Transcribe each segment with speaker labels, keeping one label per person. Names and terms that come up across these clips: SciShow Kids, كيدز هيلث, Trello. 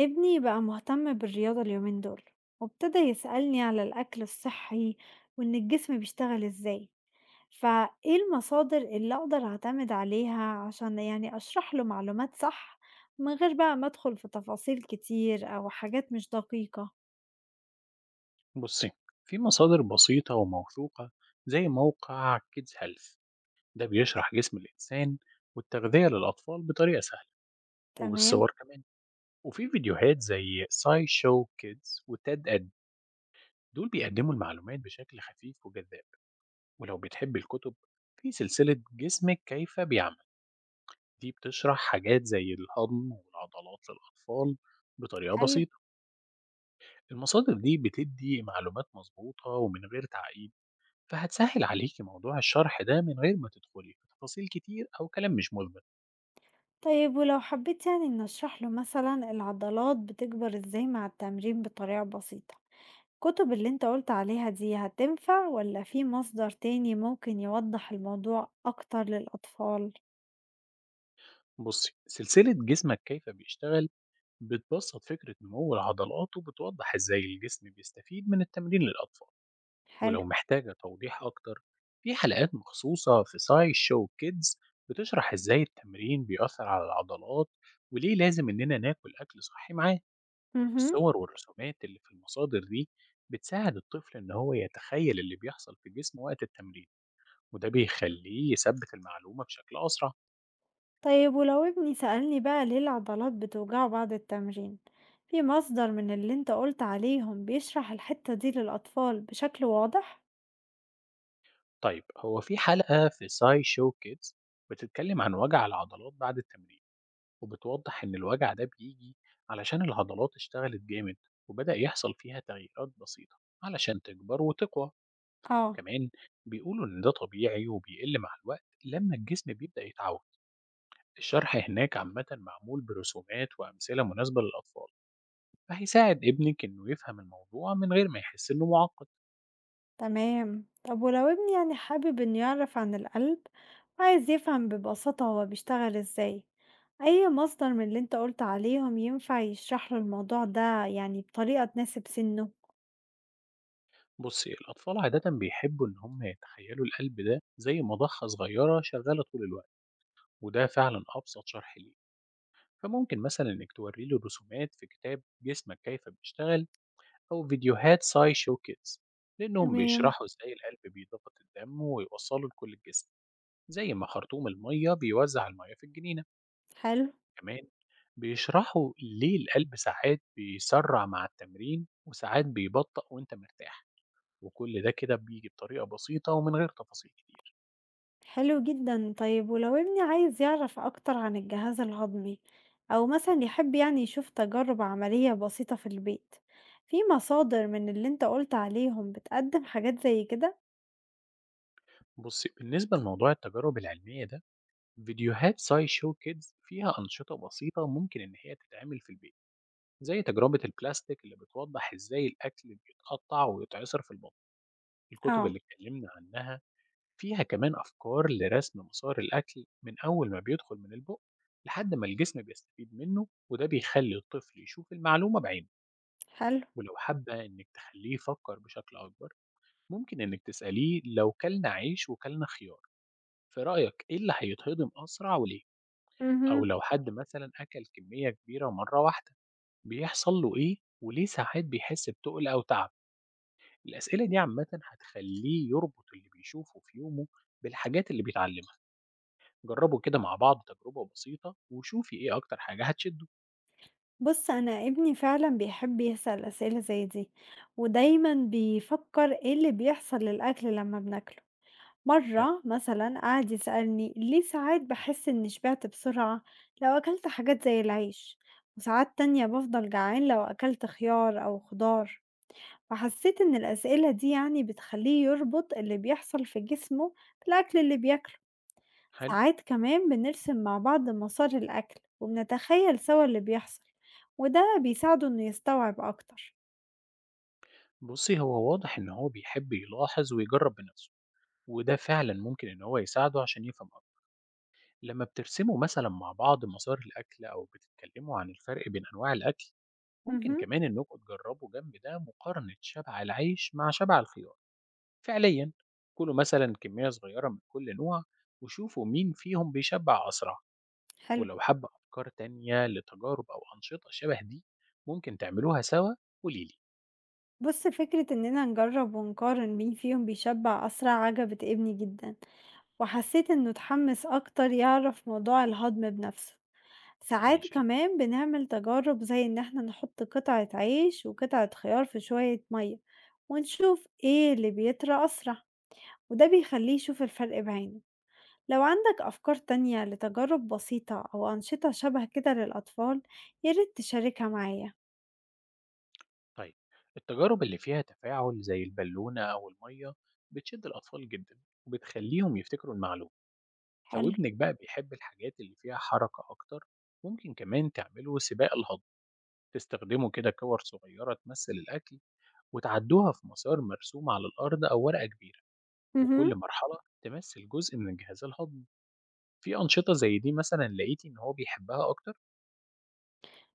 Speaker 1: ابني بقى مهتم بالرياضة اليومين دول، وابتدى يسألني على الأكل الصحي وإن الجسم بيشتغل إزاي. فإيه المصادر اللي أقدر أعتمد عليها عشان يعني أشرح له معلومات صح، من غير بقى ما أدخل في تفاصيل كتير أو حاجات مش دقيقة؟
Speaker 2: بصي، في مصادر بسيطة وموثوقة زي موقع كيدز هيلث. ده بيشرح جسم الإنسان والتغذية للأطفال بطريقة سهلة
Speaker 1: تمام.
Speaker 2: وبالصور كمان. وفي فيديوهات زي ساي شو كيدز وتاد أد، دول بيقدموا المعلومات بشكل خفيف وجذاب. ولو بتحب الكتب، في سلسلة جسمك كيف بيعمل، دي بتشرح حاجات زي الهضم والعضلات للأطفال بطريقة
Speaker 1: حلو.
Speaker 2: بسيطة. المصادر دي بتدي معلومات مظبوطة ومن غير تعقيد، فهتسهل عليكي موضوع الشرح ده من غير ما تدخلي في تفاصيل كتير أو كلام مش مثبت.
Speaker 1: طيب ولو حبيت يعني إن أشرح له مثلا العضلات بتكبر إزاي مع التمرين بطريقة بسيطة، الكتب اللي أنت قُلت عليها دي هتنفع والّا في مصدر تاني ممكن يوضّح الموضوع أكتر للأطفال؟
Speaker 2: بصي، سلسلة جسمك كيف بيشتغل بتبسط فكرة نمو العضلات وبتوضح إزاي الجسم بيستفيد من التمرين للأطفال.
Speaker 1: حلو.
Speaker 2: ولو محتاجة توضيح أكتر، في حلقات مخصوصة في ساي شو كيدز بتشرح إزاي التمرين بيأثر على العضلات وليه لازم إننا ناكل أكل صحي معاه.
Speaker 1: اهم.
Speaker 2: الصور والرسومات اللي في المصادر دي بتساعد الطفل إن هو يتخيل اللي بيحصل في جسمه وقت التمرين، وده بيخليه يثبت المعلومة بشكل أسرع.
Speaker 1: طيب ولو ابني سألني بقى ليه العضلات بتوجعه بعد التمرين، في مصدر من اللي أنت قُلت عليهم بيشرح الحتة دي للأطفال بشكل واضح؟
Speaker 2: طيب، هو في حلقة في ساي شو كيدز بتتكلم عن وجع العضلات بعد التمرين، وبتوضح إن الوجع ده بيجي علشان العضلات اشتغلت جامد وبدأ يحصل فيها تغييرات بسيطة علشان تكبر وتقوى.
Speaker 1: آه.
Speaker 2: كمان بيقولوا إن ده طبيعي وبيقل مع الوقت لما الجسم بيبدأ يتعود. الشرح هناك عامة معمول برسومات وأمثلة مناسبة للأطفال، فهيساعد ابنك إنه يفهم الموضوع من غير ما يحس إنه معقد.
Speaker 1: تمام. طب ولو ابني يعني حابب انه يعرف عن القلب وعايز يفهم ببساطة هو بيشتغل ازاي، اي مصدر من اللي انت قلت عليهم ينفع يشرح له الموضوع ده يعني بطريقة تناسب سنه؟
Speaker 2: بصي، الأطفال عادة بيحبوا إن هم يتخيلوا القلب ده زي مضخة صغيرة شغالة طول الوقت، وده فعلا أبسط شرح ليه. فممكن مثلا إنك توري له رسومات في كتاب جسمك كيف بيشتغل، أو فيديوهات ساي شو كيدز، لأنهم
Speaker 1: تمام.
Speaker 2: بيشرحوا إزاي القلب بيضغط الدم ويوصله لكل الجسم، زي ما خرطوم المية بيوزع المية في الجنينة.
Speaker 1: حلو.
Speaker 2: كمان بيشرحوا ليه القلب ساعات بيسرع مع التمرين وساعات بيبطأ وإنت مرتاح، وكل ده كده بيجي بطريقة بسيطة ومن غير تفاصيل كتير.
Speaker 1: حلو جدا. طيب ولو ابني عايز يعرف اكتر عن الجهاز الهضمي او مثلا يحب يعني يشوف تجارب عملية بسيطة في البيت، في مصادر من اللي انت قلت عليهم بتقدم حاجات زي كده؟
Speaker 2: بص، بالنسبة لموضوع التجارب العلمية ده، فيديوهات ساي شو كيدز فيها أنشطة بسيطة ممكن إن هي تتعمل في البيت، زي تجربة البلاستيك اللي بتوضح إزاي الأكل بيتقطع ويتعصر في البطن. الكتب
Speaker 1: اه.
Speaker 2: اللي اتكلمنا عنها فيها كمان أفكار لرسم مسار الأكل من أول ما بيدخل من البق لحد ما الجسم بيستفيد منه، وده بيخلي الطفل يشوف المعلومة بعينه.
Speaker 1: حلو.
Speaker 2: ولو حابة إنك تخليه يفكر بشكل أكبر، ممكن إنِّك تسأليه لو كلنا عيش وكلنا خيار، في رأيك إيه اللي هيتهضم أسرع وليه؟ أو
Speaker 1: مهم.
Speaker 2: لو حد مثلًا أكل كمية كبيرة مرة واحدة، بيحصل له إيه وليه ساعات بيحس بتُقل أو تعب؟ الأسئلة دي عامةً هتخلّيه يربط اللي بيشوفه في يومه بالحاجات اللي بيتعلمها. جرّبوا كده مع بعض تجربة بسيطة وشوفي إيه أكتر حاجة هتشده.
Speaker 1: بُص، أنا ابني فعلًا بيحب يسأل أسئلة زي دي، ودايمًا بيفكر إيه اللي بيحصل للأكل لما بناكله.
Speaker 2: تم.
Speaker 1: مرة مثلًا قعد يسألني ليه ساعات باحس إني شبعت بسرعة لو أكلت حاجات زي العيش، وساعات تانية بافضل جعان لو أكلت خيار أو خضار. فحسيت إن الأسئلة دي يعني بتخليه يربط اللي بيحصل في جسمه بالأكل اللي بياكله.
Speaker 2: حلو.
Speaker 1: ساعات كمان بنرسم مع بعض مسار الأكل وبنتخيل سوا اللي بيحصل، وده بيساعده إنه يستوعب أكتر.
Speaker 2: بُصّي، هو واضح إن هو بيحب يلاحظ ويجرّب بنَفْسه، وده فعلًا ممكن إن هو يساعده عشان يفهم أكتر. لما بترسموا مثلا مع بعض مصادر الأكل أو بتتكلموا عن الفرق بين أنواع الأكل، ممكن
Speaker 1: مهم.
Speaker 2: كمان إنكم تجربوا جنب ده مقارنة شبع العيش مع شبع الخيار فعليا. كلوا مثلا كمية صغيرة من كل نوع وشوفوا مين فيهم بيشبع أسرع.
Speaker 1: حلو.
Speaker 2: ولو حابة أفكار تانية لتجارب أو أنشطة شبه دي ممكن تعملوها سوا، قوليلي.
Speaker 1: بص، فكرة إننا نجرب ونقارن مين فيهم بيشبع أسرع عجبت ابني جدا، وحسيت إنه اتحمس أكتر يعرف موضوع الهضم بنفسه. ساعات
Speaker 2: ماشي.
Speaker 1: كمان بنعمل تجارب زي إن احنا نحط قطعة عيش وقطعة خيار في شوية مية، ونشوف ايه اللي بيطرى أسرع، وده بيخليه يشوف الفرق بعينه. لو عندك أفكار تانية لتجارب بسيطة أو أنشطة شبه كده للأطفال، ياريت تشاركها معايا.
Speaker 2: طيب، التجارب اللي فيها تفاعل زي البالونة أو المية بتشد الأطفال جدا وبتخليهم يفتكروا المعلومة. لو
Speaker 1: حلو.
Speaker 2: ابنك بقى بيحب الحاجات اللي فيها حركة أكتر، ممكن كمان تعملوا سباق الهضم. تستخدموا كده كور صغيرة تمثل الأكل وتعدوها في مسار مرسوم على الأرض أو ورقة كبيرة،
Speaker 1: مهم.
Speaker 2: وكل مرحلة تمثل جزء من الجهاز الهضمي. في أنشطة زي دي مثلا لقيتي إن هو بيحبها أكتر؟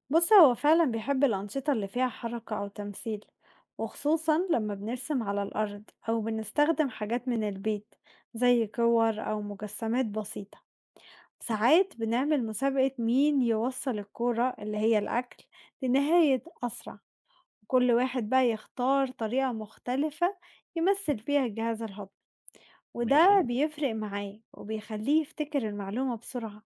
Speaker 1: بص، هو فعلا بيحب الأنشطة اللي فيها حركة أو تمثيل، وخصوصا لما بنرسم على الأرض أو بنستخدم حاجات من البيت زي كور أو مجسمات بسيطة. ساعات بنعمل مسابقة مين يوصل الكورة اللي هي الأكل لنهاية أسرع. كل واحد بقى يختار طريقة مختلفة يمثل بيها الجهاز الهضمي،
Speaker 2: ماشي.
Speaker 1: وده بيفرق معاه وبيخليه يفتكر المعلومة بسرعة.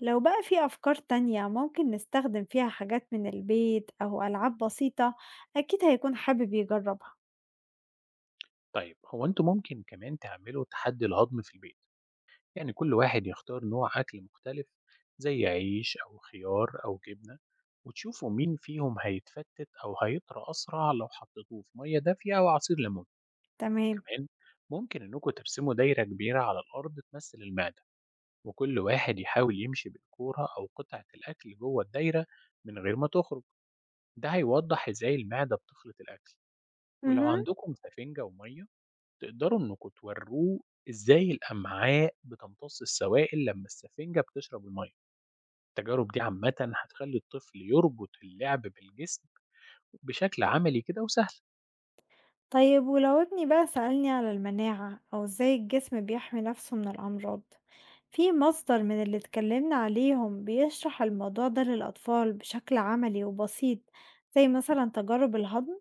Speaker 1: لو بقى في أفكار تانية ممكن نستخدم فيها حاجات من البيت أو ألعاب بسيطة، أكيد هيكون حابب يجربها.
Speaker 2: طيب، هو أنتوا ممكن كمان تعملوا تحدي الهضم في البيت، يعني كل واحد يختار نوع أكل مختلف زي عيش أو خيار أو جبنة، وتشوفوا مين فيهم هيتفتت أو هيطرى أسرع لو حطيتوه في مية دافية أو عصير ليمون.
Speaker 1: تمام.
Speaker 2: كمان ممكن إنكم ترسموا دايرة كبيرة على الأرض تمثل المعدة، وكل واحد يحاول يمشي بالكورة أو قطعة الأكل جوه الدايرة من غير ما تخرج. ده هيوضح إزاي المعدة بتخلط الأكل. ولو
Speaker 1: مهم.
Speaker 2: عندكم سفنجة ومية، تقدروا إنكم توروه إزاي الأمعاء بتمتص السوائل لما السفنجة بتشرب المَيَّة. التجارب دي عامةً هتخلّي الطفل يربط اللعب بالجسم بشكل عملي كده وسهل.
Speaker 1: طيب ولو ابني بقى سألني على المناعة أو إزاي الجسم بيحمي نفسه من الأمراض، في مصدر من اللي اتكلمنا عليهم بيشرح الموضوع ده للأطفال بشكل عملي وبسيط زي مثلا تجارب الهضم؟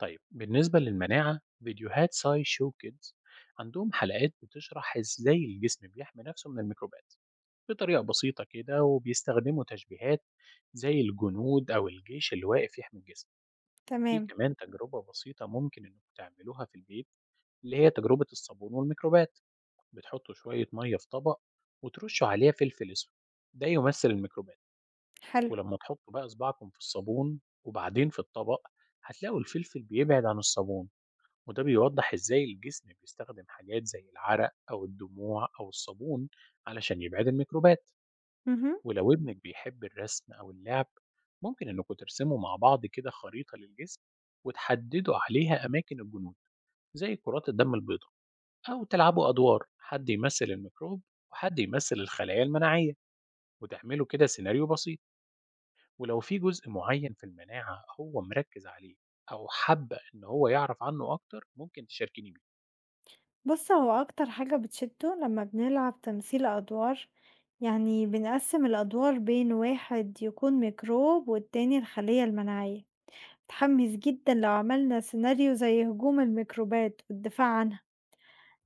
Speaker 2: طيب، بالنسبة للمناعة، فيديوهات SciShow Kids عندهم حلقات بتشرح إزاي الجسم بيحمي نفسه من الميكروبات بطريقة بسيطة كده، وبيستخدموا تشبيهات زي الجنود أو الجيش اللي واقف يحمي الجسم. في
Speaker 1: تمام.
Speaker 2: كمان تجربة بسيطة ممكن إنكم تعملوها في البيت، اللي هي تجربة الصابون والميكروبات. بتحطوا شوية مية في طبق وترشوا عليها فلفل أسود، ده يمثل الميكروبات.
Speaker 1: حلو.
Speaker 2: ولما تحطوا بقى صباعكم في الصابون وبعدين في الطبق، هتلاقوا الفلفل بيبعد عن الصابون، وده بيوضح إزاي الجسم بيستخدم حاجات زي العرق أو الدموع أو الصابون علشان يبعد الميكروبات.
Speaker 1: مهم.
Speaker 2: ولو ابنك بيحب الرسم أو اللعب، ممكن إنكوا ترسموا مع بعض كده خريطة للجسم وتحددوا عليها أماكن الجنود زي كرات الدم البيضاء، أو تلعبوا أدوار، حد يمثل الميكروب وحد يمثل الخلايا المناعية، وتعملوا كده سيناريو بسيط. ولو في جزء معين في المناعة هو مركز عليه أو حابة إن هو يعرف عنه أكتر، ممكن تشاركيني بيه.
Speaker 1: بُص، هو أكتر حاجة بتشدّه لمّا بنلعب تمثيل أدوار، يعني بنقسّم الأدوار بين واحد يكون ميكروب والتاني الخلية المناعية. متحمس جدًا لو عملنا سيناريو زي هجوم الميكروبات والدفاع عنها.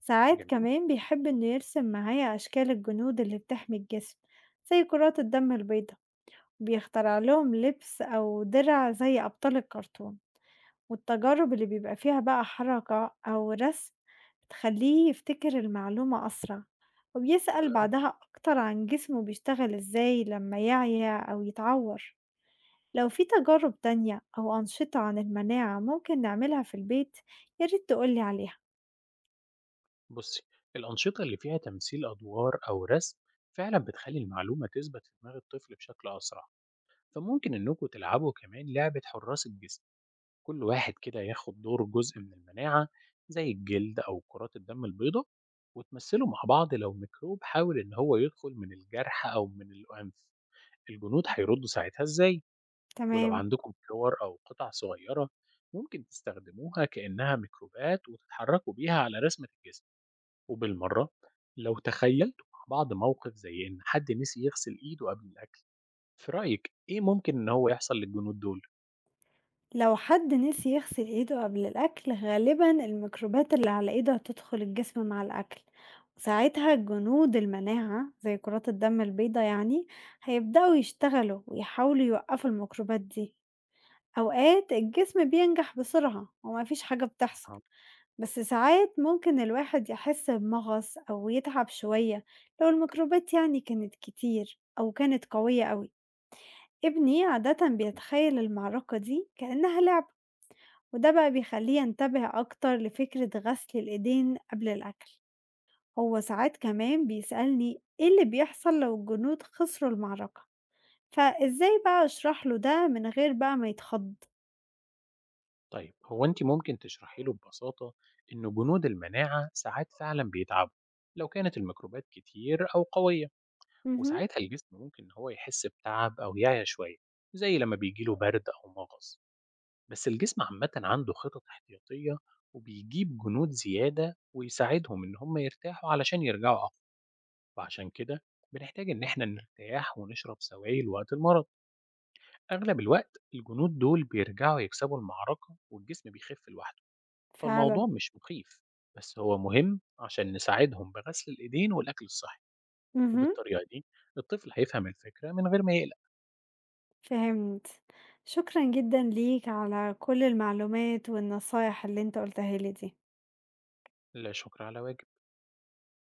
Speaker 1: ساعات
Speaker 2: جميل.
Speaker 1: كمان بيحب إنه يرسم معايا أشكال الجنود اللي بتحمي الجسم، زي كرات الدم البيضا، بيخترع لهم لبس أو درع زي أبطال الكرتون. والتجارب اللي بيبقى فيها بقى حركة أو رسم بتخلّيه يفتكر المعلومة أسرع،
Speaker 2: حلو
Speaker 1: وبيسأل
Speaker 2: أوي.
Speaker 1: بعدها أكتر عن جسمه بيشتغل إزاي لما يعيا أو يتعور. لو في تجارب تانية أو أنشطة عن المناعة ممكن نعملها في البيت، ياريت تقولي عليها.
Speaker 2: بصي، الأنشطة اللي فيها تمثيل أدوار أو رسم فعلا بتخلي المعلومة تثبت في دماغ الطفل بشكل أسرع. فممكن إنكم تلعبوا كمان لعبة حراس الجسم، كل واحد كده ياخد دور جزء من المناعة زي الجلد أو كرات الدم البيضاء، وتمثلوا مع بعض لو ميكروب حاول إن هو يدخل من الجرح أو من الأنف، الجنود هيردوا ساعتها إزاي. ولو
Speaker 1: تمام.
Speaker 2: عندكم كور أو قطع صغيرة، ممكن تستخدموها كأنها ميكروبات وتتحركوا بيها على رسمة الجسم. وبالمرة، لو تخيلتوا مع بعض موقف زي إن حد نسي يغسل إيده قبل الأكل، في رأيك إيه ممكن إن هو يحصل للجنود دول؟
Speaker 1: لو حد نسي يغسل ايده قبل الأكل، غالبا الميكروبات اللي على ايده هتدخل الجسم مع الأكل، وساعتها جنود المناعة زي كرات الدم البيضاء يعني هيبدأوا يشتغلوا ويحاولوا يوقفوا الميكروبات دي. أوقات الجسم بينجح بسرعة ومفيش حاجة بتحصل،
Speaker 2: آه.
Speaker 1: بس ساعات ممكن الواحد يحس بمغص أو يتعب شوية لو الميكروبات يعني كانت كتير أو كانت قوية قوي. ابني عادة
Speaker 2: تمام.
Speaker 1: بيتخيل المعركة دي كأنها لعبة، وده بقى بيخليه ينتبه أكتر لفكرة غسل الإيدين قبل الأكل. هو ساعات كمان بيسألني إيه اللي بيحصل لو الجنود خسروا المعركة، فإزاي بقى أشرح له ده من غير بقى ما يتخض؟
Speaker 2: طيب، هو أنتِ ممكن تشرحي له ببساطة إنه جنود المناعة ساعات فعلا بيتعبوا لو كانت الميكروبات كتير أو قوية،
Speaker 1: مهم.
Speaker 2: وساعتها الجسم ممكن إن هو يحس بتعب أو يعيا شوية، زي لما بيجيله برد أو مغص. بس الجسم عامة عنده خطط احتياطية، وبيجيب جنود زيادة ويساعدهم إن هم يرتاحوا علشان يرجعوا أقوى. وعشان كده بنحتاج إن إحنا نرتاح ونشرب سوائل وقت المرض. أغلب الوقت الجنود دول بيرجعوا يكسبوا المعركة والجسم بيخف لوحده. فالموضوع
Speaker 1: فعلا.
Speaker 2: مش مخيف، بس هو مهم عشان نساعدهم بغسل الإيدين والأكل الصحي،
Speaker 1: مهم.
Speaker 2: وبالطريقة دي الطفل هيفهم الفكرة من غير ما يقلق.
Speaker 1: فهمت. شكرا جدا ليك على كل المعلومات والنصايح اللي انت قلتها لي دي.
Speaker 2: لا شكر على واجب.